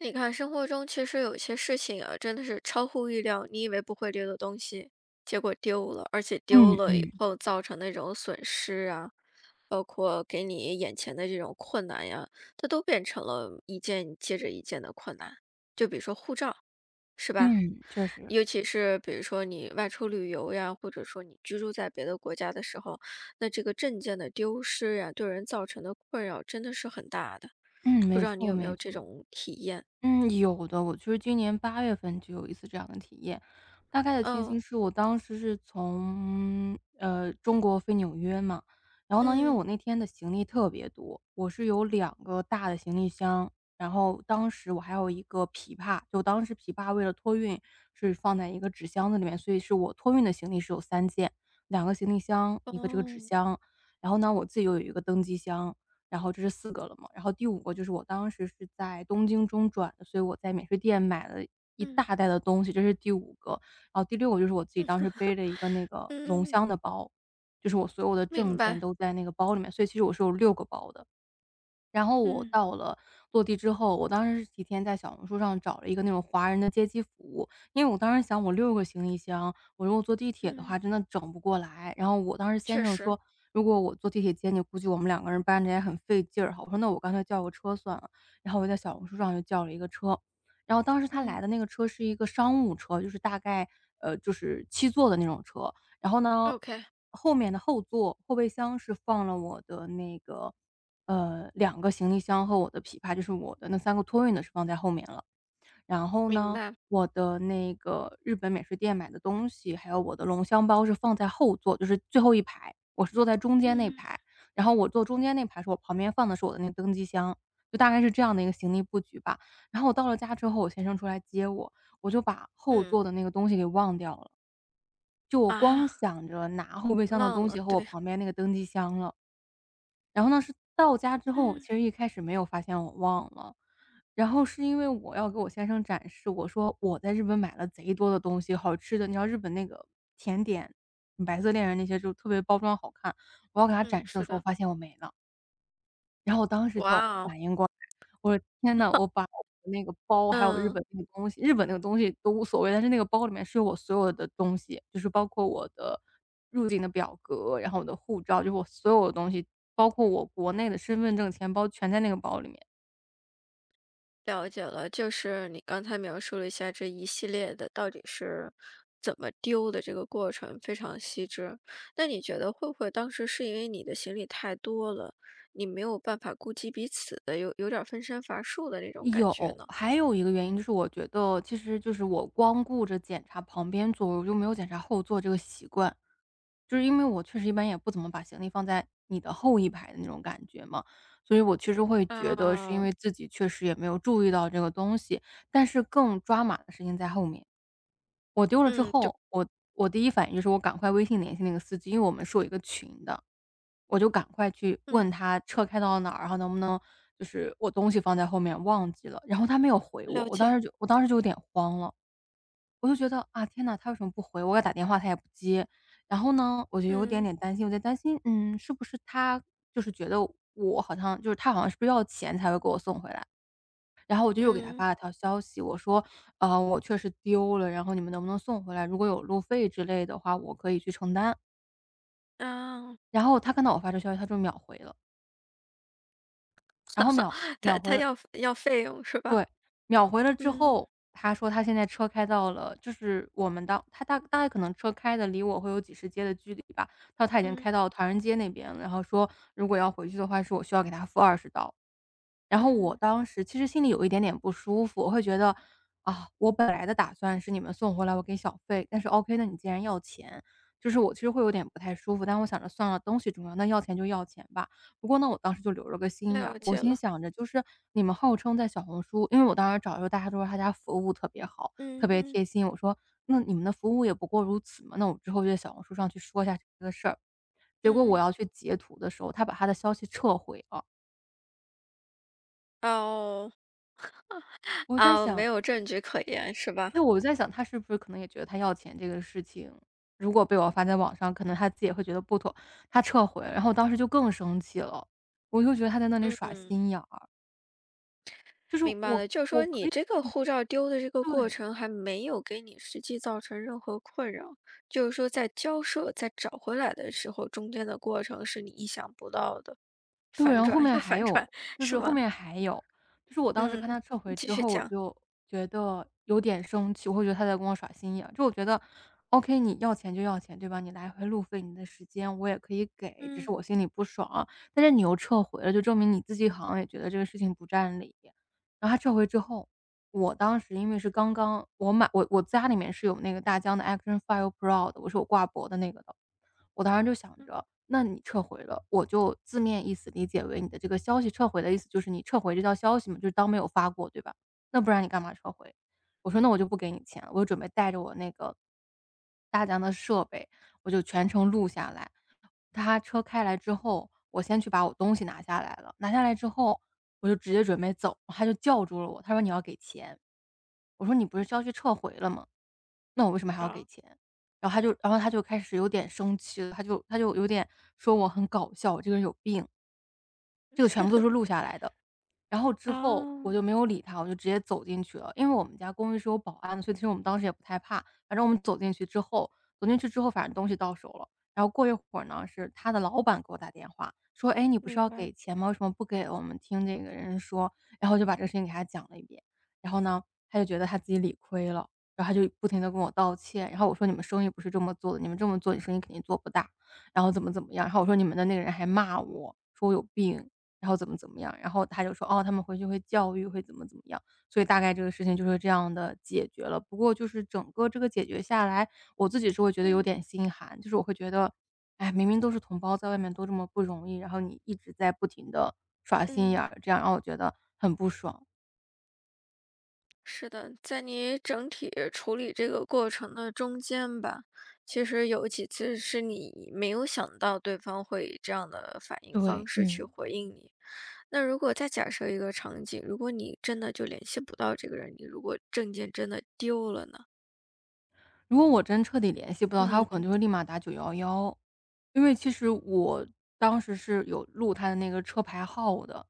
你看，生活中其实有些事情啊，真的是超乎意料，你以为不会丢的东西，结果丢了，而且丢嗯了以嗯后造成那种损失啊，包括给你眼前的这种困难呀，它都变成了一件接着一件的困难。就比如说护照，是吧？嗯，确实，尤其是比如说你外出旅游呀，或者说你居住在别的国家的时候，那这个证件的丢失呀，对人造成的困扰真的是很大的。嗯，不没知道你错有没没有这错，种体验？嗯，有的。我其实今年8月份就有一次这样的体验，大概的情嗯。形是我当时是从，中国飞纽约嘛。然后呢，因为嗯，我那天的行李特别多，我是有两个大的行李箱，然后当时我还有一个琵琶，就当时琵琶为了托运是放在一个纸箱子里面，所以是我托运的行李是有三件，两个行李箱一个这个纸哦，箱，然后呢，我自己又有一个登机箱。然后这是四个了嘛。然后第五个就是我当时是在东京中转的，所以我在免税店买了一嗯大袋的东西，这是第五个。然后第六个就是我自己当时背了一个那个龙嗯，箱的包，就是我所有的证明件白，都在那个包里面，所以其实我是有六个包的。然后我嗯到了落地之后，我当时是提前在小红书上找了一个那种华人的接机服务，因为我当时想我六个行李箱，我如果坐地铁的嗯，话真的整不过来。然后我当时先确生实，说：“如果我坐地铁接你，估计我们两个人搬着也很费劲儿哈。”我说：“那我干脆叫个车算了。”然后我在小红书上又叫了一个车，然后当时他来嗯的那个车是一个商务车，就是大概，就是七座的那种车。然后呢，，OK，后面的后座后备箱是放了我的那个两个行李箱和我的琵琶，就是我的那三个托运的是放在后面了。然后明呢，白，我的那个日本免税店买的东西，还有我的龙香包是放在后座，就是最后一排，我是坐在中间那嗯排，然后我坐中间那排是我旁边放的是我的那个登机箱，就大概是这样的一个行李布局吧。然后我到了家之后，我先生出来接我，我就把后嗯座的那个东西给忘掉了。就我光啊，想着拿后备箱的忘东西了，和我对，旁边那个登机箱了。然后呢，是到家之后，我嗯其实一开始没有发现我忘了，然后是因为我要给我先生展示，我说我在日本买了贼多的东西，好吃的。你知道日本那个甜点，白色恋人那些就特别包装好看，我要给他嗯，展示的是时候，的，发现我没了。然后我当时就哇哦，反应过来，我说：“天呐，我把我那个包还有日嗯，本那个东西日本那个东西都无所谓，但是那个包里面是有我所有的东西，就是包括我的入境的表格，然后我的护照，就是我所有的东西，包括我国内的身份证、钱包全在那个包里面。”了解了，就是你刚才描述了一下这一系列的到底是怎么丢的这个过程，非常细致。那你觉得会不会当时是因为你的行李太多了，你没有办法顾及彼此的，有点儿分身乏术的那种感觉有，呢？还有一个原因就是我觉得其实就是我光顾着检查旁边座，我就没有检查后座这个习惯。就是因为我确实一般也不怎么把行李放在你的后一排的那种感觉嘛，所以我其实会觉得是因啊，为自己确实也没有注意到这个东西，但是更抓马的事情在后面。我丢了之嗯，就后，我第一反应就是我赶快微信联系那个司机，因为我们是有一个群的，我就赶快去嗯，问他车开到哪儿，然后能不能就是我东西放在后面忘记了，然后他没有回我，了我当解，时就我当时就有点慌了，我就觉得啊天呐，他为什么不回我？我给他打电话他也不接，然后呢，我就有点嗯点担心，我在担心，是不是他就是觉得我好像就是他好像是不是要钱才会给我送回来？然后我就又给他嗯，发了条消息，我说：我确实丢了，然后你们能不能送回来？如果有路费之类的话，我可以去承担。”啊，然后他看到我发这消息，他就秒回了，然后秒 秒他回他了要费用是吧？对，秒回了之嗯后，他说他现在车开到了就是我们当他大概可能车开的离我会有几十街的距离吧，他说他已经嗯开到唐人街那边了，然后说如果要回去的话，是我需要给他付20刀。然后我嗯，当时其实心里有一点点不舒服，我会觉得，啊，我本来的打算是你们送回来我给小费，但是 OK，那你既然要钱，就是我其实会有点不太舒服，但我想着算了，东西重要，那要钱就要钱吧。不过呢，我当时就留了个心眼儿，了我解心了，想着就是你们号称在小红书，因为我当时找的时候大家都说他家服务特别好，特嗯别嗯贴心，我说那你们的服务也不过如此嘛，那我之后就在小红书上去说一下这个事儿。结果我嗯，要去截图的时候，他把他的消息撤回了。哦我在哦，没想有证据可言是吧？我在想他是不是可能也觉得他要钱这个事情，如果被我发在网上，可能他自己也会觉得不妥，他撤回。然后我当时就更生气了，我就觉得他在那里耍嗯，心眼儿，就是明白我了，就是我说可你以这个护照丢的这个过对。程还没有给你实际造成任何困扰，就是说在交涉在找回来的时候，中间的过程是你意想不到的对，然反后后转面又还反有转，就是是后吗？面还有，就是我当时看他嗯，撤你回继之续后，我讲。就觉得有点生气，我会觉得他在跟我耍心眼儿就我觉得，OK，你要钱就要钱，对吧？你来回路费，你的时间我也可以给，只是嗯我心里不爽。但是你又撤回了，就证明你自己好像也觉得这个事情不占理。然后他撤回之后，我当时因为是刚刚我买我我家里面是有那个大疆的 Action File Pro 的，我是有挂脖的那个的。我当时就想嗯，着，那你撤回了，我就字面意思理解为你的这个消息撤回的意思就是你撤回这条消息嘛，就是当没有发过，对吧？那不然你干嘛撤回？我说那我就不给你钱了，我就准备带着我那个大疆的设备，我就全程录下来。他车开来之后，我先去把我东西拿下来了，拿下来之后，我就直接准备走，他就叫住了我，他说：“你要给钱。”我说：“你不是消息撤回了吗？那我为什么还要给好，钱？”然后然后他就开始有点生气了，他就有点说我很搞笑，我这个人有病。这个全部都是录下来的。然后之后我就哦，没有理他，我就直接走进去了。因为我们家公寓是有保安的，所以其实我们当时也不太怕。反正我们走进去之后，反正东西到手了。然后过一会儿呢，是他的老板给我打电话说：“哎，你不是要明白。给钱吗？为什么不给我们听这个人说？”然后我就把这个事情给他讲了一遍。然后呢，他就觉得他自己理亏了，然后他就不停的跟我道歉。然后我说：“你们生意不是这么做的，你们这么做，你生意肯定做不大。”然后怎么怎么样。然后我说：“你们的那个人还骂我，说我有病。”然后怎么怎么样，然后他就说：“哦，他们回去会教育，会怎么怎么样。”所以大概这个事情就是这样的解决了。不过就是整个这个解决下来，我自己是会觉得有嗯点心寒，就是我会觉得，哎，明明都是同胞，在外面都这么不容易，然后你一直在不停的耍心眼嗯，儿，这样让我觉得很不爽，是的，在你整体处理这个过程的中间吧，其实有几次是你没有想到对方会以这样的反应对。方式去嗯。回应你。那如果再假设一个场景，如果你真的就联系不到这个人，你如果证件真的丢了呢？如果我真彻底联系不到他，我可能嗯，就会立马打911，因为其实我当时是有录他的那个车牌号的，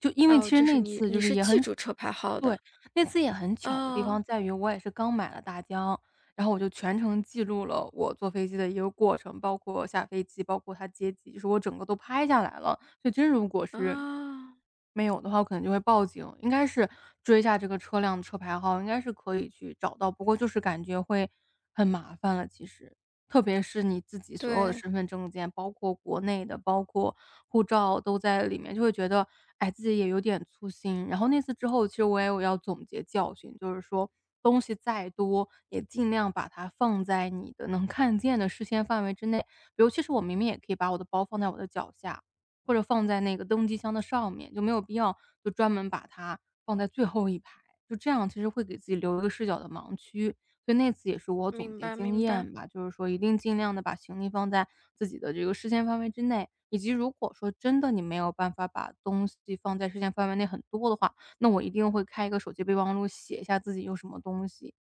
就因为其哦，实就是那你次就你是是也记很住车牌号对，的。那次也很巧的地方哦，在于，我也是刚买了大疆，然后我就全程记录了我坐飞机的一个过程，包括下飞机，包括它接机，就是我整个都拍下来了。所以真如果是哦，没有的话，我可能就会报警，应该是追一下这个车辆的车牌号，应该是可以去找到。不过就是感觉会。很麻烦了，其实。特别是你自己所有的对。身份证件，包括国内的，包括护照都在里面，就会觉得，哎，自己也有点粗心。然后那次之后，其实我也有要总结教训，就是说东西再多，也尽量把它放在你的能看见的视线范围之内。比如其实我明明也可以把我的包放在我的脚下，或者放在那个登机箱的上面，就没有必要就专门把它放在最后一排，就这样其实会给自己留一个视角的盲区。所以那次也是我总明结白，经明白，验吧，就是说一定尽量的把行李放在自己的这个视线范围之内，以及如果说真的你没有办法把东西放在视线范围内很多的话，那我一定会开一个手机备忘录，写一下自己有什么东西。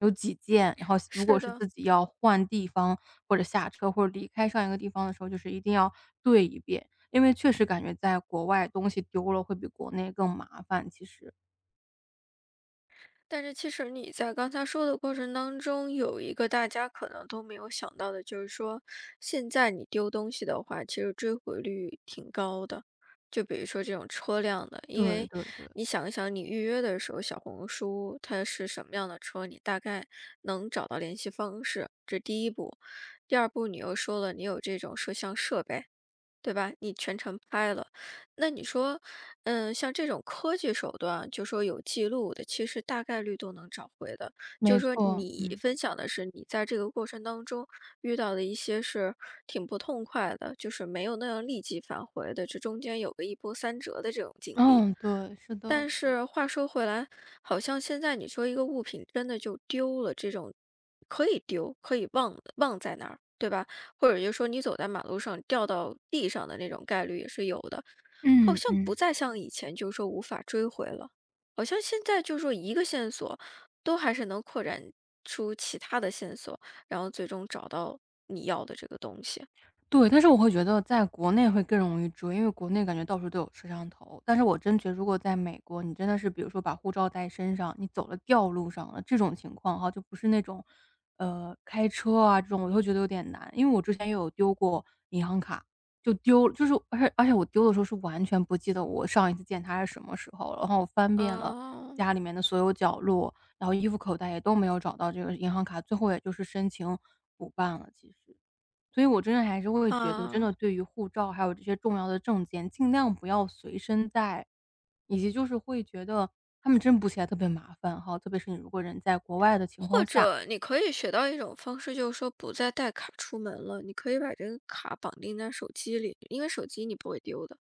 有几件，然后如果是是的。自己要换地方或者下车或者离开上一个地方的时候，就是一定要对一遍，因为确实感觉在国外东西丢了会比国内更麻烦，其实。但是其实你在刚才说的过程当中，有一个大家可能都没有想到的，就是说现在你丢东西的话，其实追回率挺高的。就比如说这种车辆的，因对为对对，你想一想，你预约的时候，小红书它是什么样的车，你大概能找到联系方式，这第一步。第二步，你又说了，你有这种摄像设备。对吧？你全程拍了，那你说，嗯，像这种科技手段，就说有记录的，其实大概率都能找回的。就没是说，错，你嗯，分享的是你在这个过程当中遇到的一些是挺不痛快的，就是没有那样立即返回的，这中间有个一波三折的这种经历。嗯，对，是的，但是话说回来，好像现在你说一个物品真的就丢了，这种可以丢，可以忘在那儿，对吧？或者就说你走在马路上掉到地上的那种概率也是有的，好嗯像不嗯。再像以前就是说无法追回了，好像现在就是说一个线索都还是能扩展出其他的线索，然后最终找到你要的这个东西。对，但是我会觉得在国内会更容易追，因为国内感觉到处都有摄像头。但是我真觉得如果在美国，你真的是比如说把护照带身上，你走了掉路上了，这种情况哈，就不是那种，开车啊这种，我会觉得有点难。因为我之前也有丢过银行卡，就丢就是而且我丢的时候是完全不记得我上一次见它是什么时候了，然后我翻遍了哦，家里面的所有角落，然后衣服口袋也都没有找到这个银行卡，最后也就是申请补办了，其实。所以我真的还是会觉得，真的啊。对于护照，还有这些重要的证件，尽量不要随身带，以及就是会觉得他们真补起来特别麻烦哈，特别是你如果人在国外的情况或下。者你可以学到一种方式，就是说不再带卡出门了，你可以把这个卡绑定在手机里，因为手机你不会丢的，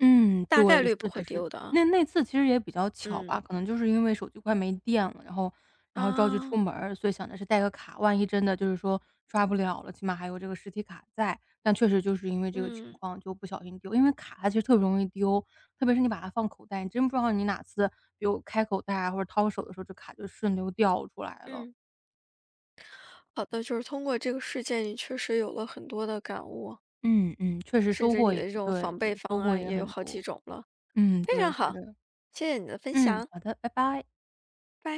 嗯，大概对，率是不会的是的。丢的啊。那次其实也比较巧吧，嗯，可能就是因为手机快没电了，然后着急出啊，门儿，所以想着是带个卡，万一真的就是说刷不了了，起码还有这个实体卡在。但确实就是因为这个情嗯况就不小心丢，因为卡它其实特别容易丢，特别是你把它放口袋，你真不知道你哪次比如开口袋啊，或者掏手的时候，这卡就顺溜掉出来了。嗯，好的，就是通过这个事件，你确实有了很多的感悟，嗯嗯，确实甚收至获你的也这种对防备对，收方获案也也有很好几多。种了，嗯，非对，常是好，的。谢谢你的分嗯，享，好的，拜拜。拜。